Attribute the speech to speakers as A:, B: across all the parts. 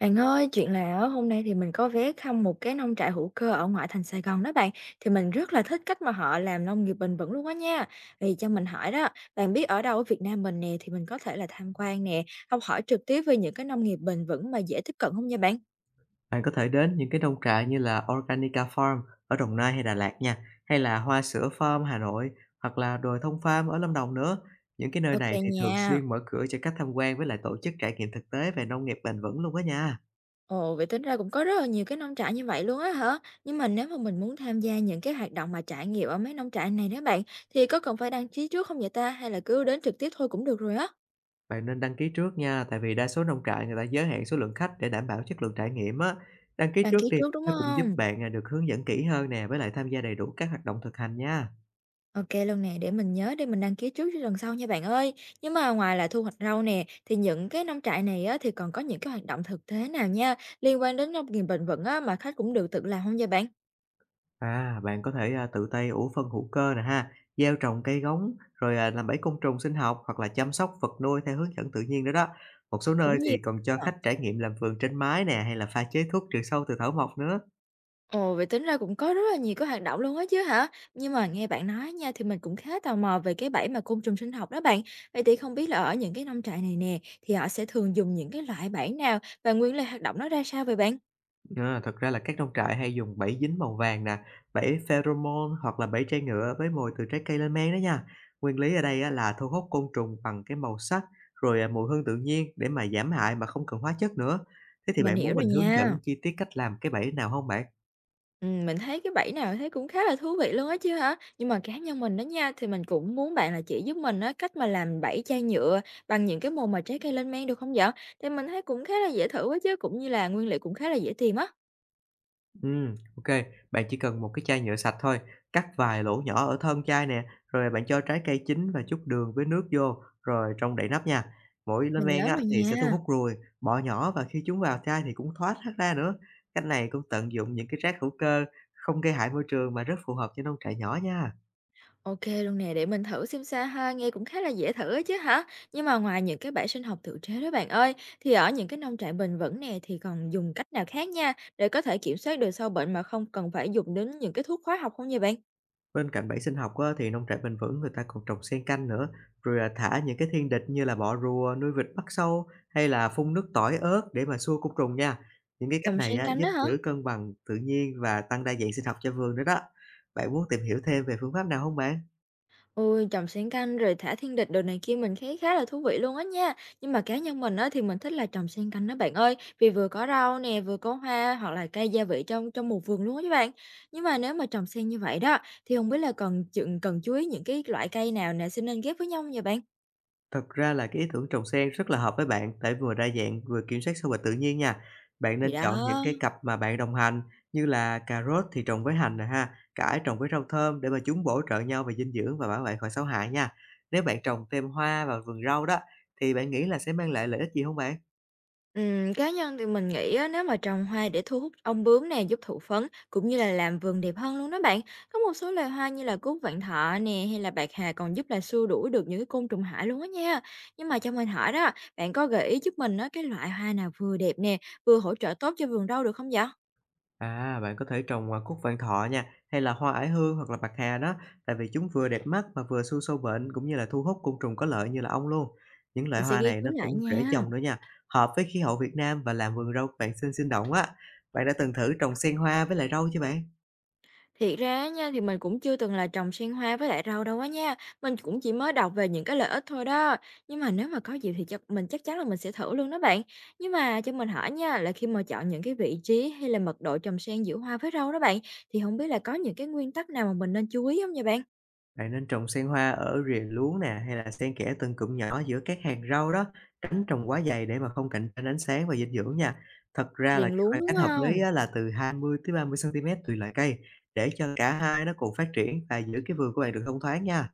A: Bạn ơi, chuyện là á, hôm nay thì mình có ghé thăm một cái nông trại hữu cơ ở ngoại thành Sài Gòn đó bạn, thì mình rất là thích cách mà họ làm nông nghiệp bền vững luôn á nha. Vì cho mình hỏi đó, bạn biết ở đâu ở Việt Nam mình nè thì mình có thể là tham quan nè, học hỏi trực tiếp về những cái nông nghiệp bền vững mà dễ tiếp cận không nha bạn?
B: Bạn có thể đến những cái nông trại như là Organica Farm ở Đồng Nai hay Đà Lạt nha, hay là Hoa sữa Farm Hà Nội, hoặc là Đồi Thông Farm ở Lâm Đồng nữa. Những cái nơi
A: OK
B: này thì thường
A: nha.
B: xuyên mở cửa cho khách tham quan với lại tổ chức trải nghiệm thực tế về nông nghiệp bền vững luôn đó nha.
A: Ồ, vậy tính ra cũng có rất là nhiều cái nông trại như vậy luôn á hả? Nhưng mà nếu mà mình muốn tham gia những cái hoạt động mà trải nghiệm ở mấy nông trại này đó bạn, thì có cần phải đăng ký trước không vậy ta? Hay là cứ đến trực tiếp thôi cũng được rồi á?
B: Bạn nên đăng ký trước nha, tại vì đa số nông trại người ta giới hạn số lượng khách để đảm bảo chất lượng trải nghiệm á. Đăng ký
A: Đăng
B: trước
A: ký
B: đi,
A: trước đúng
B: nó cũng giúp
A: không?
B: bạn, được hướng dẫn kỹ hơn nè, với lại tham gia đầy đủ các hoạt động thực hành nha.
A: OK luôn nè, để mình nhớ để mình đăng ký trước cho lần sau nha bạn ơi. Nhưng mà ngoài là thu hoạch rau nè, thì những cái nông trại này á, thì còn có những cái hoạt động thực tế nào nha, liên quan đến nông nghiệp bền vững á, mà khách cũng được tự làm không vậy bạn?
B: À, bạn có thể, tự tay ủ phân hữu cơ nè ha, gieo trồng cây gống, rồi, làm bẫy côn trùng sinh học hoặc là chăm sóc vật nuôi theo hướng dẫn tự nhiên nữa đó. Một số nơi
A: Cũng nhiều
B: thì còn cho
A: á.
B: khách trải nghiệm làm vườn trên mái nè, hay là pha chế thuốc trừ sâu từ thảo mộc nữa.
A: Ồ, vậy tính ra cũng có rất là nhiều cái hoạt động luôn á chứ hả? Nhưng mà nghe bạn nói nha, thì mình cũng khá tò mò về cái bẫy mà côn trùng sinh học đó bạn. Vậy thì không biết là ở những cái nông trại này nè, thì họ sẽ thường dùng những cái loại bẫy nào và nguyên lý hoạt động nó ra sao vậy bạn?
B: À, thật ra là các nông trại hay dùng bẫy dính màu vàng nè, bẫy pheromone hoặc là bẫy trai ngựa với mồi từ trái cây lên men đó nha. Nguyên lý ở đây á là thu hút côn trùng bằng cái màu sắc, rồi, mùi hương tự nhiên để mà giảm hại mà không cần hóa chất nữa. Thế thì
A: Mình
B: bạn muốn
A: hiểu rồi
B: mình hướng dẫn
A: nha.
B: chi tiết cách làm cái bẫy nào không bạn?
A: Mình thấy cái bẫy nào thấy cũng khá là thú vị luôn á chứ hả? Nhưng mà cá nhân mình đó nha, thì mình cũng muốn bạn là chỉ giúp mình á cách mà làm bẫy chai nhựa bằng những cái mô mà trái cây lên men được không dạ? Thì mình thấy cũng khá là dễ thử quá chứ, cũng như là nguyên liệu cũng khá là dễ tìm á.
B: Ok, bạn chỉ cần một cái chai nhựa sạch thôi, cắt vài lỗ nhỏ ở thân chai nè, rồi bạn cho trái cây chín và chút đường với nước vô, rồi trong đậy nắp nha. Mỗi lên
A: Mình
B: men
A: nhớ
B: á
A: rồi
B: thì sẽ thu hút
A: nha.
B: ruồi, bọ nhỏ và khi chúng vào chai thì cũng thoát hết ra nữa. Cách này cũng tận dụng những cái rác hữu cơ, không gây hại môi trường mà rất phù hợp cho nông trại nhỏ nha.
A: OK luôn nè, để mình thử xem sao ha, nghe cũng khá là dễ thử á chứ hả? Nhưng mà ngoài những cái bẫy sinh học tự chế đó bạn ơi, thì ở những cái nông trại bền vững nè thì còn dùng cách nào khác nha để có thể kiểm soát được sâu bệnh mà không cần phải dùng đến những cái thuốc hóa học không nha bạn?
B: Bên cạnh bẫy sinh học á, thì nông trại bền vững người ta còn trồng xen canh nữa, rồi là thả những cái thiên địch như là bọ rùa, nuôi vịt bắt sâu hay là phun nước tỏi ớt để mà xua côn trùng nha. Những cái cách
A: Trồng
B: này
A: sen
B: á,
A: canh
B: giúp
A: đó hả?
B: giữ cân bằng tự nhiên và tăng đa dạng sinh học cho vườn nữa đó. Bạn muốn tìm hiểu thêm về phương pháp nào không bạn?
A: Ôi, trồng xuyến canh rồi thả thiên địch đồ này kia mình thấy khá là thú vị luôn á nha. Nhưng mà cá nhân mình á thì mình thích là trồng xuyên canh đó bạn ơi, vì vừa có rau nè, vừa có hoa hoặc là cây gia vị trong trong một vườn luôn á các bạn. Nhưng mà nếu mà trồng xen như vậy đó thì không biết là cần chú ý những cái loại cây nào nè sẽ nên ghép với nhau không vậy bạn?
B: Thật ra là cái ý tưởng trồng sen rất là hợp với bạn, tại vừa đa dạng, vừa kiểm soát sinh hoạt tự nhiên nha. Bạn
A: Thì
B: nên
A: đó.
B: chọn những cái cặp mà bạn đồng hành như là cà rốt thì trồng với hành nè ha, cải trồng với rau thơm để mà chúng bổ trợ nhau về dinh dưỡng và bảo vệ khỏi xấu hại nha. Nếu bạn trồng thêm hoa vào vườn rau đó thì bạn nghĩ là sẽ mang lại lợi ích gì không bạn?
A: Cá nhân thì mình nghĩ á, nếu mà trồng hoa để thu hút ong bướm nè, giúp thụ phấn cũng như là làm vườn đẹp hơn luôn đó bạn. Có một số loài hoa như là cúc vạn thọ nè hay là bạc hà còn giúp là xua đuổi được những cái côn trùng hại luôn á nha. Nhưng mà cho mình hỏi đó, bạn có gợi ý giúp mình á cái loại hoa nào vừa đẹp nè, vừa hỗ trợ tốt cho vườn rau được không vậy?
B: À, bạn có thể trồng, cúc vạn thọ nha, hay là hoa ải hương hoặc là bạc hà đó, tại vì chúng vừa đẹp mắt mà vừa xua sâu bệnh cũng như là thu hút côn trùng có lợi như là ong luôn. Những loại
A: Mình sẽ
B: hoa
A: ghi
B: này nó
A: chú lại
B: cũng dễ
A: nha.
B: trồng nữa nha, hợp với khí hậu Việt Nam và làm vườn rau của bạn xinh sinh động á. Bạn đã từng thử trồng sen hoa với lại rau chưa bạn?
A: Thiệt ra á nha, thì mình cũng chưa từng là trồng sen hoa với lại rau đâu á nha. Mình cũng chỉ mới đọc về những cái lợi ích thôi đó. Nhưng mà nếu mà có dịp thì chắc chắn là mình sẽ thử luôn đó bạn. Nhưng mà cho mình hỏi nha, là khi mà chọn những cái vị trí hay là mật độ trồng sen giữa hoa với rau đó bạn, thì không biết là có những cái nguyên tắc nào mà mình nên chú ý không nha bạn?
B: Bạn nên trồng sen hoa ở rìa luống nè, hay là xen kẽ từng cụm nhỏ giữa các hàng rau đó, tránh trồng quá dày để mà không cạnh tranh ánh sáng và dinh dưỡng nha. Thật ra là
A: Riêng
B: cái
A: luống
B: khoảng
A: đúng
B: cách hợp lý
A: không?
B: á, là từ 20 tới 30 cm tùy loại cây, để cho cả hai nó cùng phát triển và giữ cái vườn của bạn được thông thoáng nha.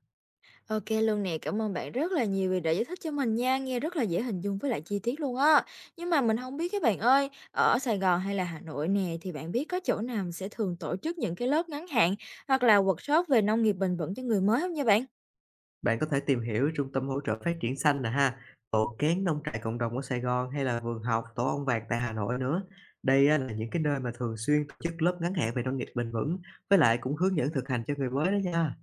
A: OK luôn nè, cảm ơn bạn rất là nhiều vì đã giải thích cho mình nha, nghe rất là dễ hình dung với lại chi tiết luôn á. Nhưng mà mình không biết các bạn ơi, ở Sài Gòn hay là Hà Nội nè, thì bạn biết có chỗ nào sẽ thường tổ chức những cái lớp ngắn hạn hoặc là workshop về nông nghiệp bền vững cho người mới không nha bạn?
B: Bạn có thể tìm hiểu trung tâm hỗ trợ phát triển xanh nè ha, tổ kén nông trại cộng đồng ở Sài Gòn hay là vườn học tổ ong vàng tại Hà Nội nữa. Đây á, là những cái nơi mà thường xuyên tổ chức lớp ngắn hạn về nông nghiệp bền vững, với lại cũng hướng dẫn thực hành cho người mới đó nha.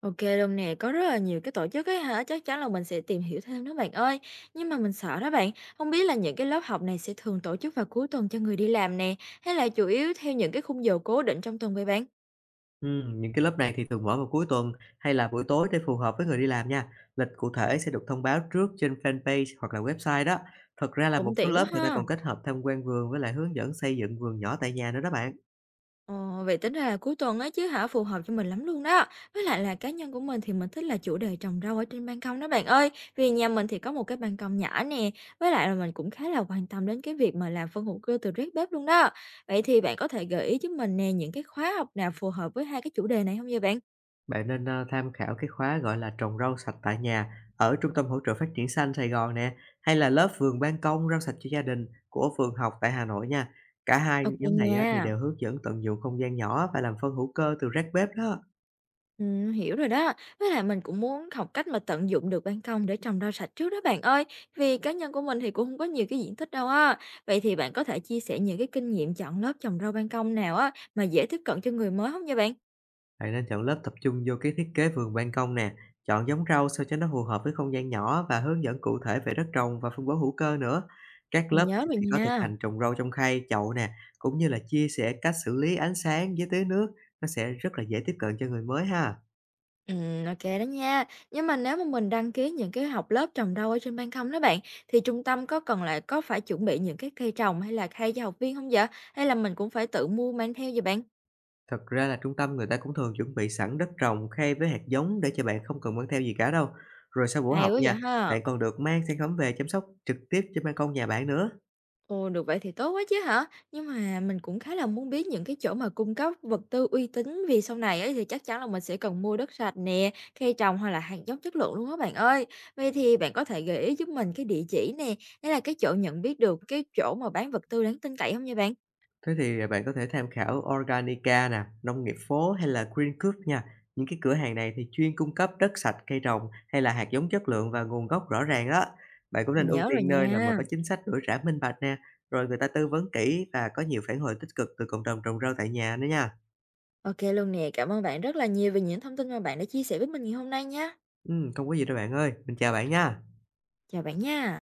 A: OK luôn nè, có rất là nhiều cái tổ chức ấy hả, chắc chắn là mình sẽ tìm hiểu thêm đó bạn ơi. Nhưng mà mình sợ đó bạn, không biết là những cái lớp học này sẽ thường tổ chức vào cuối tuần cho người đi làm nè, hay là chủ yếu theo những cái khung giờ cố định trong tuần vậy bạn?
B: Những cái lớp này thì thường mở vào cuối tuần hay là buổi tối để phù hợp với người đi làm nha. Lịch cụ thể sẽ được thông báo trước trên fanpage hoặc là website đó. Thật ra là một
A: Cũng
B: số
A: tiện quá
B: lớp người ta
A: ha.
B: còn kết hợp tham quan vườn với lại hướng dẫn xây dựng vườn nhỏ tại nhà nữa đó bạn.
A: Ờ, vậy tính ra là cuối tuần á chứ hả, phù hợp cho mình lắm luôn đó. Với lại là cá nhân của mình thì mình thích là chủ đề trồng rau ở trên ban công đó bạn ơi. Vì nhà mình thì có một cái ban công nhỏ nè, với lại là mình cũng khá là quan tâm đến cái việc mà làm phân hữu cơ từ rác bếp luôn đó. Vậy thì bạn có thể gợi ý cho mình nè những cái khóa học nào phù hợp với hai cái chủ đề này không vậy bạn?
B: Bạn nên tham khảo cái khóa gọi là trồng rau sạch tại nhà ở Trung tâm Hỗ trợ Phát triển Xanh Sài Gòn nè, hay là lớp vườn ban công rau sạch cho gia đình của Phường Học tại Hà Nội nha. Cả hai
A: OK
B: nhóm này á, thì
A: nha.
B: đều hướng dẫn tận dụng không gian nhỏ và làm phân hữu cơ từ rác bếp đó.
A: Hiểu rồi đó. Với lại mình cũng muốn học cách mà tận dụng được ban công để trồng rau sạch trước đó bạn ơi. Vì cá nhân của mình thì cũng không có nhiều cái diện tích đâu á. Vậy thì bạn có thể chia sẻ những cái kinh nghiệm chọn lớp trồng rau ban công nào á mà dễ tiếp cận cho người mới không nha bạn?
B: Bạn nên chọn lớp tập trung vô cái thiết kế vườn ban công nè, chọn giống rau sao cho nó phù hợp với không gian nhỏ và hướng dẫn cụ thể về đất trồng và phân bón hữu cơ nữa. Các
A: Mình
B: lớp
A: nhớ rồi
B: thì có thực
A: nha.
B: hành trồng rau trong khay, chậu nè, cũng như là chia sẻ cách xử lý ánh sáng với tưới nước, nó sẽ rất là dễ tiếp cận cho người mới ha.
A: OK đó nha. Nhưng mà nếu mà mình đăng ký những cái học lớp trồng rau ở trên ban công đó bạn, thì trung tâm có cần lại có phải chuẩn bị những cái cây trồng hay là khay cho học viên không vậy? Hay là mình cũng phải tự mua mang theo vậy bạn?
B: Thật ra là trung tâm người ta cũng thường chuẩn bị sẵn đất trồng, khay với hạt giống để cho bạn không cần mang theo gì cả đâu. Rồi sau buổi
A: Hay
B: học
A: quá
B: nha,
A: vậy ha.
B: bạn còn được mang sản phẩm về chăm sóc trực tiếp trên ban công nhà bạn nữa.
A: Ồ, được vậy thì tốt quá chứ hả? Nhưng mà mình cũng khá là muốn biết những cái chỗ mà cung cấp vật tư uy tín vì sau này ấy thì chắc chắn là mình sẽ cần mua đất sạch nè, cây trồng hoặc là hạt giống chất lượng luôn á bạn ơi. Vậy thì bạn có thể gợi ý giúp mình cái địa chỉ nè, hay là cái chỗ nhận biết được cái chỗ mà bán vật tư đáng tin cậy không nha bạn?
B: Thế thì, bạn có thể tham khảo Organica nè, Nông nghiệp phố hay là Green Greencoop nha. Những cái cửa hàng này thì chuyên cung cấp đất sạch, cây trồng hay là hạt giống chất lượng và nguồn gốc rõ ràng đó. Bạn cũng nên
A: Mình
B: ưu
A: nhớ rồi
B: tiên nơi nào mà
A: nha.
B: có chính sách đổi rã minh bạch nè, rồi người ta tư vấn kỹ và có nhiều phản hồi tích cực từ cộng đồng trồng rau tại nhà nữa nha.
A: OK luôn nè, cảm ơn bạn rất là nhiều về những thông tin mà bạn đã chia sẻ với mình ngày hôm nay nha.
B: Không có gì đâu bạn ơi, mình chào bạn nha.
A: Chào bạn nha.